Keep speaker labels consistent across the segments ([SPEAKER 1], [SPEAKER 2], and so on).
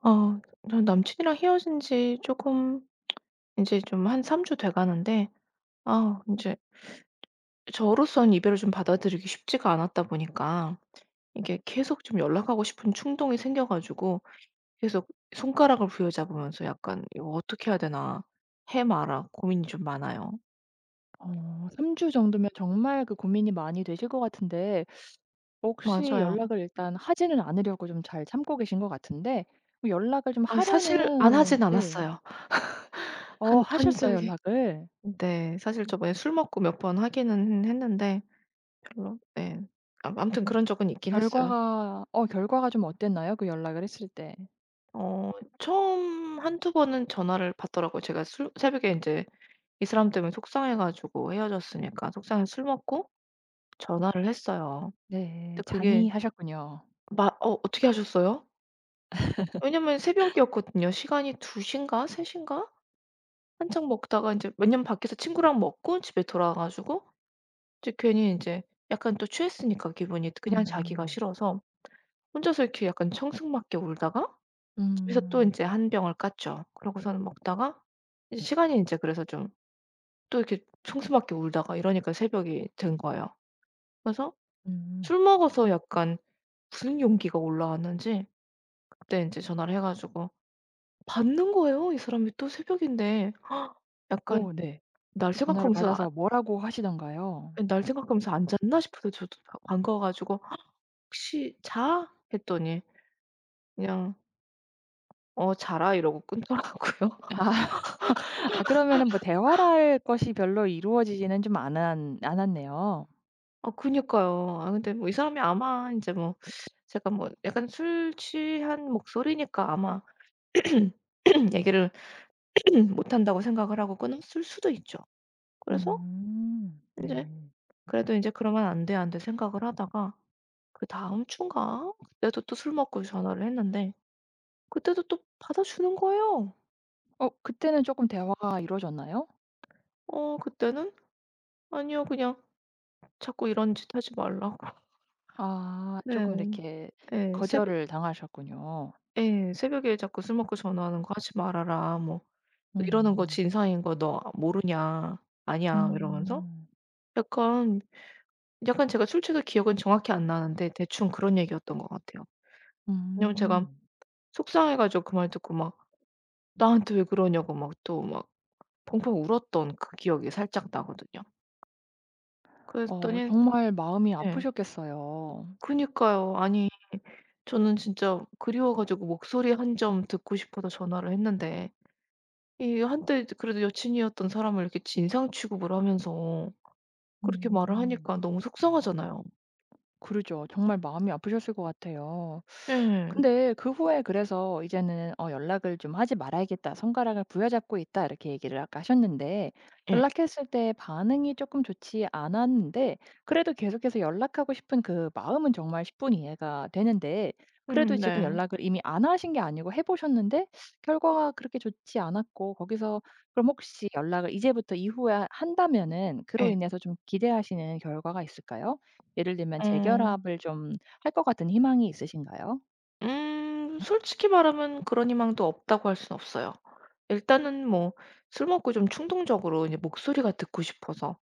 [SPEAKER 1] 아 전 남친이랑 헤어진 지 조금 이제 좀 한 3주 돼 가는데 아 인제 저로서는 이별을 좀 받아들이기 쉽지가 않았다 보니까 이게 계속 좀 연락하고 싶은 충동이 생겨 가지고 계속 손가락을 부여잡으면서 약간 '이거 어떻게 해야 되나. 해 마라.' 고민이 좀 많아요.
[SPEAKER 2] 어 3주 주 정도면 정말 그 고민이 많이 되실 것 같은데, 혹시
[SPEAKER 1] 맞아요.
[SPEAKER 2] 연락을 일단 하지는 않으려고 좀 잘 참고 계신 것 같은데. 뭐, 연락을 좀
[SPEAKER 1] 아, 사실 안
[SPEAKER 2] 하려는.
[SPEAKER 1] 하진
[SPEAKER 2] 네.
[SPEAKER 1] 않았어요.
[SPEAKER 2] 어,
[SPEAKER 1] 한 한
[SPEAKER 2] 하셨어요
[SPEAKER 1] 적이
[SPEAKER 2] 연락을?
[SPEAKER 1] 네. 사실 저번에 술 먹고 몇 번 하기는 했는데 별로. 네. 아, 아무튼 그런 적은 있긴 했어요.
[SPEAKER 2] 결과가 좀 어땠나요? 그 연락을 했을 때?
[SPEAKER 1] 어 처음 한두 번은 전화를 받더라고요. 제가 술 새벽에 이제 이 사람 때문에 속상해 가지고 헤어졌으니까 속상해서 술 먹고 전화를 했어요.
[SPEAKER 2] 네.
[SPEAKER 1] 근데 그게
[SPEAKER 2] 잔이하셨군요.
[SPEAKER 1] 마 "어 어떻게 하셨어요?" 왜냐면 새벽이었거든요. 시간이 2시 시인가 3시 시인가, 한창 먹다가 이제, 왜냐면 밖에서 친구랑 먹고 집에 돌아와 가지고 이제 괜히 이제 약간 또 취했으니까 기분이 그냥 자기가
[SPEAKER 2] 음음.
[SPEAKER 1] 싫어서 혼자서 이렇게 약간 청승맞게 울다가 집에서 또 이
[SPEAKER 2] 음.
[SPEAKER 1] 제 한 병을 깠죠. 그러고서는 먹다가 이제 시간이 이제 그래서 좀 또 이렇게 청수밖에 울다가 이러니까 새벽이 된 거예요. 그래서
[SPEAKER 2] 음.
[SPEAKER 1] 술 먹어서 약간 무슨 용기가 올라왔는지 그때 인제 전화를 해 가지고 받는 거예요. 이 사람이 또 새벽인데 약간
[SPEAKER 2] 오, 네.
[SPEAKER 1] 날
[SPEAKER 2] 그 전화를
[SPEAKER 1] 생각하면서
[SPEAKER 2] 받아서 뭐라고 하시던가요?
[SPEAKER 1] 예 날 생각하면서 안 잤나 싶어서 저도 바 반가워 가지고 "혹시 자?" 했더니 그냥 "어 자라." 이러고 끊더라고요.
[SPEAKER 2] 아. 아, 그러면은 뭐 대화를 할 것이 별로 이루어지지는 좀 않았네요.
[SPEAKER 1] 아, 그니까요. 아, 근데 뭐 이 사람이 아마 인제 뭐 제가 뭐 약간 술 취한 목소리니까 아마 얘기를 못한다고 생각을 하고 끊었을 수도 있죠. 그래서 인제
[SPEAKER 2] 네.
[SPEAKER 1] 그래도 인제 '그러면 안 돼, 안 돼.' 생각을 하다가, 그다음 주인가 그때도 또 술 먹고 전화를 했는데 그때도 또 받아주는 거예요.
[SPEAKER 2] 어, 그때는 쪼끔 대화가 이루어졌나요?
[SPEAKER 1] 어 그때는 "아니요. 그냥 자꾸 이런 짓 하지 말라고."
[SPEAKER 2] 아, 쪼끔
[SPEAKER 1] 네.
[SPEAKER 2] 이렇게
[SPEAKER 1] 예. 새벽.
[SPEAKER 2] 거절을 당하셨군요.
[SPEAKER 1] 예. "새벽에 자꾸 술 먹고 전화하는 거 하지 말아라." 뭐 "이러는 거
[SPEAKER 2] 음.
[SPEAKER 1] 진상인 거 너 모르냐?" "아니야." 이러면서
[SPEAKER 2] 음.
[SPEAKER 1] 약간, 약간 제가 술 취해서 기억은 정확히 안 나는데 대충 그런 얘기였던 것 같아요. 왜냐면 제가
[SPEAKER 2] 음.
[SPEAKER 1] 속상해 가지고 그 말 듣고 막 나한테 왜 그러냐고 막 또 막 펑펑 울었던 그 기억이 살짝 나거든요.
[SPEAKER 2] 어,
[SPEAKER 1] 그랬더니,
[SPEAKER 2] 정말 마음이
[SPEAKER 1] 예.
[SPEAKER 2] 아프셨겠어요.
[SPEAKER 1] 그니까요. 아니, 저는 진짜 그리워 가지고 목소리 한 점 듣고 싶어서 전화를 했는데 이 한때 그래도 여친이었던 사람을 이렇게 진상 취급을 하면서 그렇게 말을
[SPEAKER 2] 음.
[SPEAKER 1] 하니까 너무 속상하잖아요.
[SPEAKER 2] 그러죠. 정말 마음이 아프셨을 것 같아요.
[SPEAKER 1] 예.
[SPEAKER 2] 근데 그 후에, 그래서 이제는 "어, 연락을 좀 하지 말아야겠다. 손가락을 부여잡고 있다." 이렇게 얘기를 아까 하셨는데,
[SPEAKER 1] 예.
[SPEAKER 2] 연락했을 때 반응이 조금 좋지 않았는데, 그래도 계속해서 연락하고 싶은 그 마음은 정말 10분 분이 이해가 되는데, 그래도 지금
[SPEAKER 1] 네.
[SPEAKER 2] 연락을 이미 안 하신 게 아니고 해 보셨는데 결과가 그렇게 좋지 않았고, 거기서 그럼 혹시 연락을 이제부터 이후에 한다면은 그로
[SPEAKER 1] 예.
[SPEAKER 2] 인해서 좀 기대하시는 결과가 있을까요? 예를 들면
[SPEAKER 1] 어.
[SPEAKER 2] 재결합을 좀 할 것 같은 희망이 있으신가요?
[SPEAKER 1] 음, 솔직히 말하면 그런 희망도 없다고 할 순 없어요. 일단은 뭐 술 먹고 좀 충동적으로 이제 목소리가 듣고 싶어서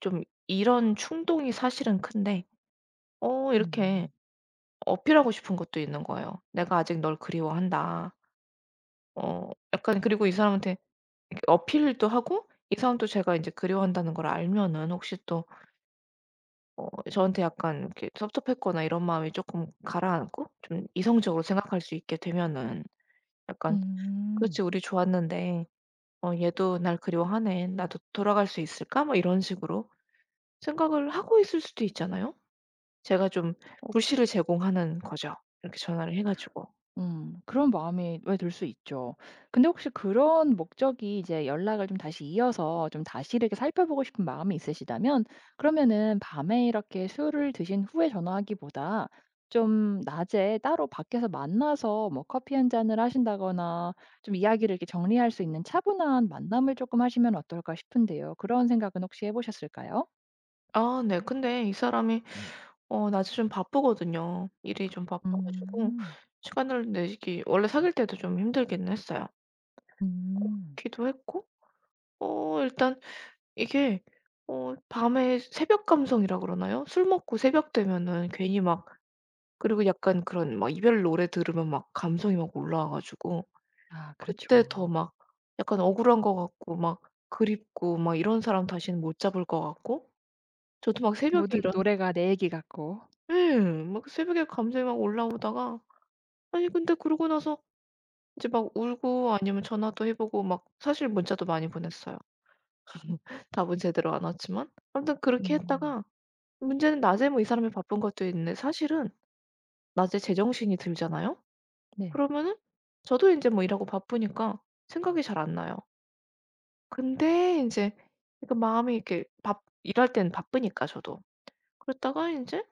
[SPEAKER 1] 좀, 이런 충동이 사실은 큰데 이렇게
[SPEAKER 2] 음.
[SPEAKER 1] 어필하고 싶은 것도 있는 거예요. "내가 아직 널 그리워한다." 어, 약간 그리고 이 사람한테 이렇게 어필도 하고 이 사람도 제가 이제 그리워한다는 걸 알면은 혹시 또 어, 저한테 약간 이렇게 섭섭했거나 이런 마음이 조금 가라앉고 좀 이성적으로 생각할 수 있게 되면은 약간
[SPEAKER 2] 음.
[SPEAKER 1] 그렇지. 우리 좋았는데 어, '얘도 날 그리워하네. 나도 돌아갈 수 있을까?' 뭐 이런 식으로 생각을 하고 있을 수도 있잖아요. 제가 좀
[SPEAKER 2] 어.
[SPEAKER 1] 불씨를 제공하는 거죠. 이렇게 전화를 해 가지고.
[SPEAKER 2] 음. 그런 마음이 왜 들 수 있죠. 근데 혹시 그런 목적이 이제 연락을 좀 다시 이어서 좀 다시 이렇게 살펴보고 싶은 마음이 있으시다면, 그러면은 밤에 이렇게 술을 드신 후에 전화하기보다 좀 낮에 따로 밖에서 만나서 뭐 커피 한 잔을 하신다거나 좀 이야기를 이렇게 정리할 수 있는 차분한 만남을 쪼끔 하시면 어떨까 싶은데요. 그런 생각은 혹시 해 보셨을까요?
[SPEAKER 1] 아 네. 근데 이 사람이 어 낮에 좀 바쁘거든요. 일이 좀 바빠 가지고
[SPEAKER 2] 음.
[SPEAKER 1] 시간을 내기 원래 사귈 때도 좀 힘들긴 했어요.
[SPEAKER 2] 음.
[SPEAKER 1] 기도 했고 어 일단 이게 어 밤에 새벽 감성이라 그러나요? 술 먹고 새벽 되면은 괜히 막, 그리고 약간 그런 막 이별 노래 들으면 막 감성이 막 올라와 가지고
[SPEAKER 2] 아, 그렇죠.
[SPEAKER 1] 그때 더 막 약간 억울한 것 같고 막 그립고 막 이런 사람 다시는 못 잡을 것 같고 저도 막 새벽에
[SPEAKER 2] 모든
[SPEAKER 1] 이런,
[SPEAKER 2] 노래가 내 얘기 같고.
[SPEAKER 1] 예. 막 새벽에 감성이 막 올라오다가, 아니 근데 그러고 나서 이제 막 울고 아니면 전화도 해 보고 막 사실 문자도 많이 보냈어요. 답은 제대로 안 왔지만. 아무튼 그렇게
[SPEAKER 2] 음.
[SPEAKER 1] 했다가 문제는 낮에 뭐 이 사람이 바쁜 것도 있는데 사실은 낮에 제정신이 들잖아요?
[SPEAKER 2] 네.
[SPEAKER 1] 그러면은 저도 인제 뭐 일하고 바쁘니까 생각이 잘 안 나요. 근데 인제 그러니까 마음이 이렇게 밥 일할 땐 바쁘니까 저도. 그러다가 인제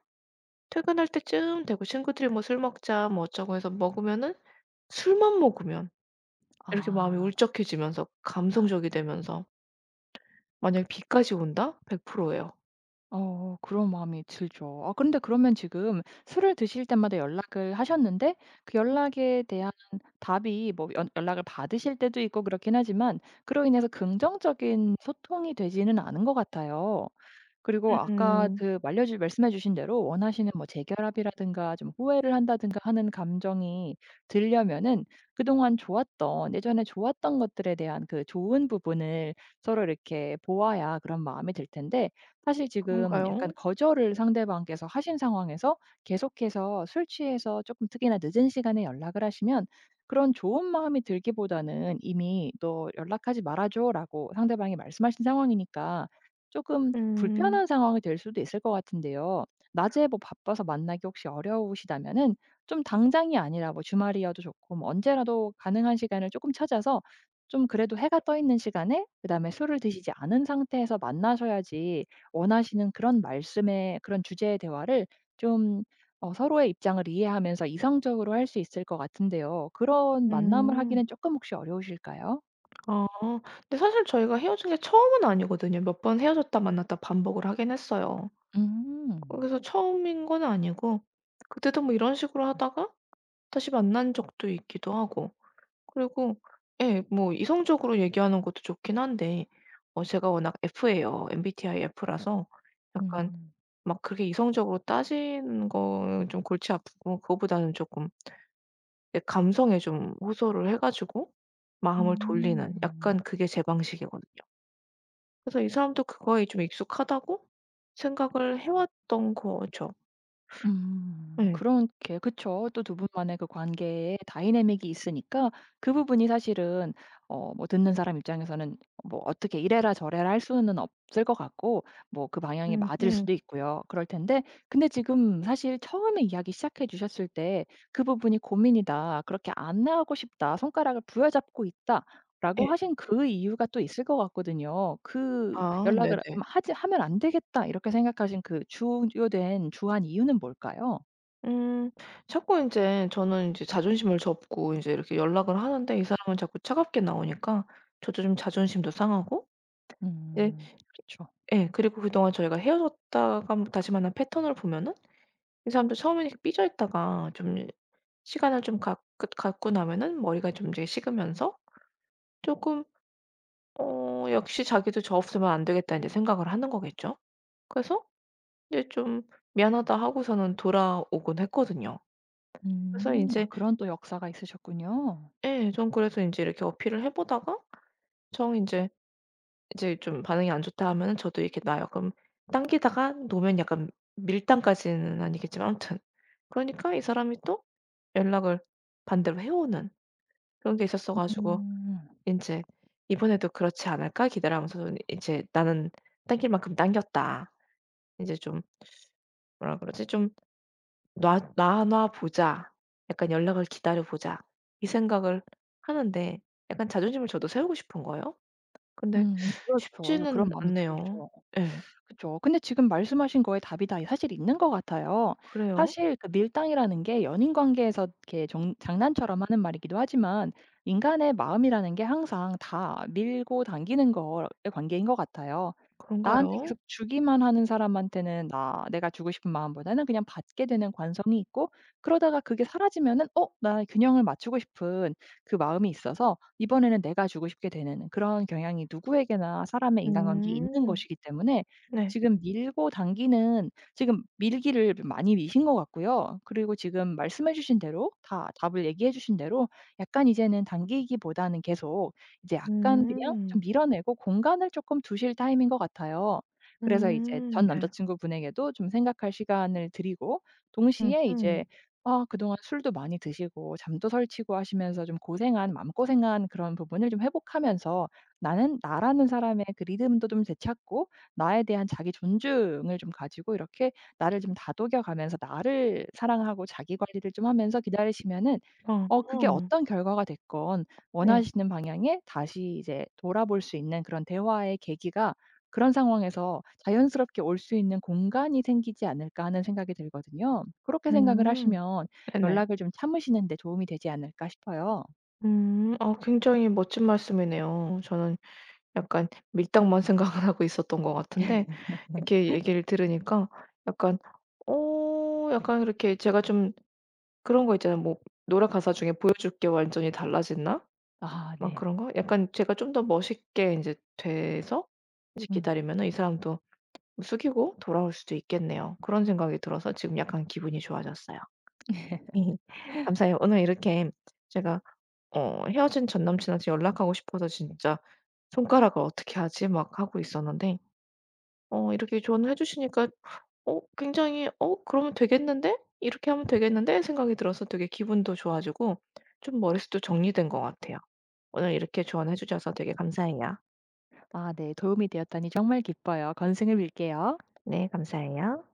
[SPEAKER 1] 퇴근할 때쯤 되고 친구들이 뭐 "술 먹자." 뭐 어쩌고 해서 먹으면은 술만 먹으면 이렇게 마음이
[SPEAKER 2] 아.
[SPEAKER 1] 울적해지면서 감성적이 되면서 만약에 비까지 온다? 100% 예요.
[SPEAKER 2] 어, 그런 마음이 들죠. 아, 근데 그러면 지금 술을 드실 때마다 연락을 하셨는데, 그 연락에 대한 답이, 뭐 연 연락을 받으실 때도 있고 그렇긴 하지만 그로 인해서 긍정적인 소통이 되지는 않은 것 같아요. 그리고 아까
[SPEAKER 1] 음.
[SPEAKER 2] 그 말려주 말씀해 주신 대로 원하시는 뭐 재결합이라든가 좀 후회를 한다든가 하는 감정이 들려면은 그동안 좋았던, 예전에 좋았던 것들에 대한 그 좋은 부분을 서로 이렇게 보아야 그런 마음이 들 텐데, 사실 지금 약간
[SPEAKER 1] 그런가요?
[SPEAKER 2] 거절을 상대방께서 하신 상황에서 계속해서 술 취해서 조금 특히나 늦은 시간에 연락을 하시면 그런 좋은 마음이 들기보다는, 이미 "너 연락하지 말아줘."라고 상대방이 말씀하신 상황이니까 조금 불편한
[SPEAKER 1] 음.
[SPEAKER 2] 상황이 될 수도 있을 것 같은데요. 낮에 뭐 바빠서 만나기 혹시 어려우시다면은 좀 당장이 아니라 뭐 주말이어도 좋고 뭐 언제라도 가능한 시간을 조금 찾아서 좀, 그래도 해가 떠 있는 시간에 그다음에 술을 드시지 않은 상태에서 만나셔야지 원하시는 그런 말씀의 그런 주제의 대화를 좀, 서로의 입장을 이해하면서 이성적으로 할 수 있을 것 같은데요. 그런 만남을 하기는
[SPEAKER 1] 음.
[SPEAKER 2] 조금 혹시 어려우실까요?
[SPEAKER 1] 아. 근데 사실 저희가 헤어진 게 처음은 아니거든요. 몇 번 헤어졌다 만났다 반복을 하긴 했어요. 어
[SPEAKER 2] 음.
[SPEAKER 1] 그래서 처음인 건 아니고 그때도 뭐 이런 식으로 하다가 다시 만난 적도 있기도 하고. 그리고 예 뭐 이성적으로 얘기하는 것도 좋긴 한데 어 제가 워낙 F예요. MBTI F라서 약간
[SPEAKER 2] 음.
[SPEAKER 1] 막 그렇게 이성적으로 따지는 거는 좀 골치 아프고 그거보다는 조금 내 감성에 좀 호소를 해 가지고 마음을 돌리는,
[SPEAKER 2] 음.
[SPEAKER 1] 약간 그게 제 방식이거든요. 그래서 이 사람도 그거에 좀 익숙하다고 생각을 해 왔던 거죠.
[SPEAKER 2] 음.
[SPEAKER 1] 예.
[SPEAKER 2] 그렇게, 그쵸. 또 두 분만의 그 관계에 다이내믹이 있으니까 그 부분이 사실은, 뭐 듣는 사람 입장에서는 뭐 어떻게 이래라 저래라 할 수는 없을 것 같고 뭐 그 방향이 맞을
[SPEAKER 1] 음음.
[SPEAKER 2] 수도 있고요. 그럴 텐데, 근데 지금 사실 처음에 이야기 시작해 주셨을 때, "그 부분이 고민이다. 그렇게 안 나가고 싶다. 손가락을 부여잡고 있다.
[SPEAKER 1] 예.
[SPEAKER 2] 라고 하신 그 이유가 또 있을 것 같거든요. 그
[SPEAKER 1] 아
[SPEAKER 2] 연락을 좀
[SPEAKER 1] 네네.
[SPEAKER 2] 하지, 하면 안 되겠다, 이렇게 생각하신 그 주요된 주한 이유는 뭘까요?
[SPEAKER 1] 음, 자꾸 인제 저는 인제 자존심을 접고 인제 이렇게 연락을 하는데 이 사람은 자꾸 차갑게 나오니까 저도 좀 자존심도 상하고. 예.
[SPEAKER 2] 음. 그렇죠.
[SPEAKER 1] 예 그리고 그동안 저희가 헤어졌다가 뭐 다시 만난 패턴을 보면은 이 사람도 처음에는 이렇게 삐져 있다가 좀 시간을 좀 갖 갖 갖고 나면은 머리가 좀 이제 식으면서 쪼끔 어 역시 자기도 '저 없으면 안 되겠다.' 인제 생각을 하는 거겠죠. 그래서 이제 좀 미안하다 하고서는 돌아오곤 했거든요. 그래서
[SPEAKER 2] 음. 아,
[SPEAKER 1] 인제,
[SPEAKER 2] 그런 또 역사가 있으셨군요.
[SPEAKER 1] 예. 전 그래서 인제 이렇게 어필을 해 보다가 정 인제 이제 좀 반응이 안 좋다 하면은 저도 이렇게 나 그럼 당기다가 놓으면 약간 밀당까지는 아니겠지만 아무튼 그러니까 이 사람이 또 연락을 반대로 해 오는 그런 게 있었어 가지고
[SPEAKER 2] 음.
[SPEAKER 1] 인제 '이번에도 그렇지 않을까?' 기대하면서 저는 이제 '나는 당길 만큼 당겼다. 인제 좀 뭐라 그러지? 좀 놔 보자. 약간 연락을 기다려 보자.' 이 생각을 하는데 약간 자존심을 저도 세우고 싶은 거예요. 근데
[SPEAKER 2] 그렇죠. 아,
[SPEAKER 1] 쉽지는
[SPEAKER 2] 그런 마음이
[SPEAKER 1] 않네요.
[SPEAKER 2] 들죠.
[SPEAKER 1] 예.
[SPEAKER 2] 그죠, 근데 지금 말씀하신 거에 답이 다 사실 있는 것 같아요.
[SPEAKER 1] 그래요?
[SPEAKER 2] 사실 그 밀당이라는 게 연인 관계에서 이렇게 정 장난처럼 하는 말이기도 하지만, 인간의 마음이라는 게 항상 다 밀고 당기는 거의 관계인 것 같아요. 나한테
[SPEAKER 1] 그런가요?
[SPEAKER 2] 계속 주기만 하는 사람한테는, 나 내가 주고 싶은 마음보다는 그냥 받게 되는 관성이 있고, 그러다가 그게 사라지면은, "어, 나 균형을 맞추고 싶은 그 마음이 있어서 이번에는 내가 주고 싶게 되는" 그런 경향이 누구에게나 사람의 인간관계에 있는
[SPEAKER 1] 음.
[SPEAKER 2] 것이기 때문에,
[SPEAKER 1] 네.
[SPEAKER 2] 지금 밀고 당기는, 지금 밀기를 많이 미신 것 같고요. 그리고 지금 말씀해 주신 대로, 다 답을 얘기해 주신 대로 약간 이제는 당기기보다는 계속 이제 약간 그냥 좀
[SPEAKER 1] 음.
[SPEAKER 2] 밀어내고 공간을 조금 두실 타임인 것 같아요. 그래서 이제 전
[SPEAKER 1] 음. 네.
[SPEAKER 2] 남자친구분에게도 좀 생각할 시간을 드리고 동시에 이제,
[SPEAKER 1] 음음.
[SPEAKER 2] 아, 그동안 술도 많이 드시고 잠도 설치고 하시면서 좀 고생한 마음고생한 그런 부분을 좀 회복하면서 나는 나라는 사람의 그 리듬도 좀 되찾고, 나에 대한 자기 존중을 좀 가지고, 이렇게 나를 좀 다독여 가면서 나를 사랑하고 자기 관리를 좀 하면서 기다리시면은, 그게
[SPEAKER 1] 어어.
[SPEAKER 2] 어떤 결과가 됐건
[SPEAKER 1] 네.
[SPEAKER 2] 원하시는 방향에 다시 이제 돌아볼 수 있는 그런 대화의 계기가, 그런 상황에서 "자연스럽게 올 수 있는 공간이 생기지 않을까." 하는 생각이 들거든요. 그렇게 생각을
[SPEAKER 1] 음.
[SPEAKER 2] 하시면
[SPEAKER 1] 네네.
[SPEAKER 2] 연락을 좀 참으시는 데 도움이 되지 않을까 싶어요.
[SPEAKER 1] 음. 어 굉장히 멋진 말씀이네요. 저는 약간 밀당만 생각을 하고 있었던 것 같은데 이렇게 얘기를 들으니까 약간, 어 약간 이렇게 제가 좀, 그런 거 있잖아요. 뭐 노래 가사 중에 '보여줄 게 완전히 달라졌나?'
[SPEAKER 2] 아,
[SPEAKER 1] 막
[SPEAKER 2] 네.
[SPEAKER 1] 그런 거? 약간 제가 좀 더 멋있게 인제 돼서 이제
[SPEAKER 2] 음.
[SPEAKER 1] 기다리면은 이 사람도 뭐 숙이고 돌아올 수도 있겠네요. 그런 생각이 들어서 지금 약간 기분이 좋아졌어요. 감사해요. 오늘 이렇게 제가 어 헤어진 전 남친한테 연락하고 싶어서 진짜 손가락을 어떻게 하지 막 하고 있었는데 어 이렇게 조언해 주시니까 어 굉장히 '어 그러면 되겠는데? 이렇게 하면 되겠는데?' 생각이 들어서 되게 기분도 좋아지고 좀 머릿속도 정리된 것 같아요. 오늘 이렇게 조언해 주셔서 되게 감사해요.
[SPEAKER 2] 아, 네. 도움이 되었다니 정말 기뻐요. 건승을 빌게요.
[SPEAKER 1] 네, 감사해요.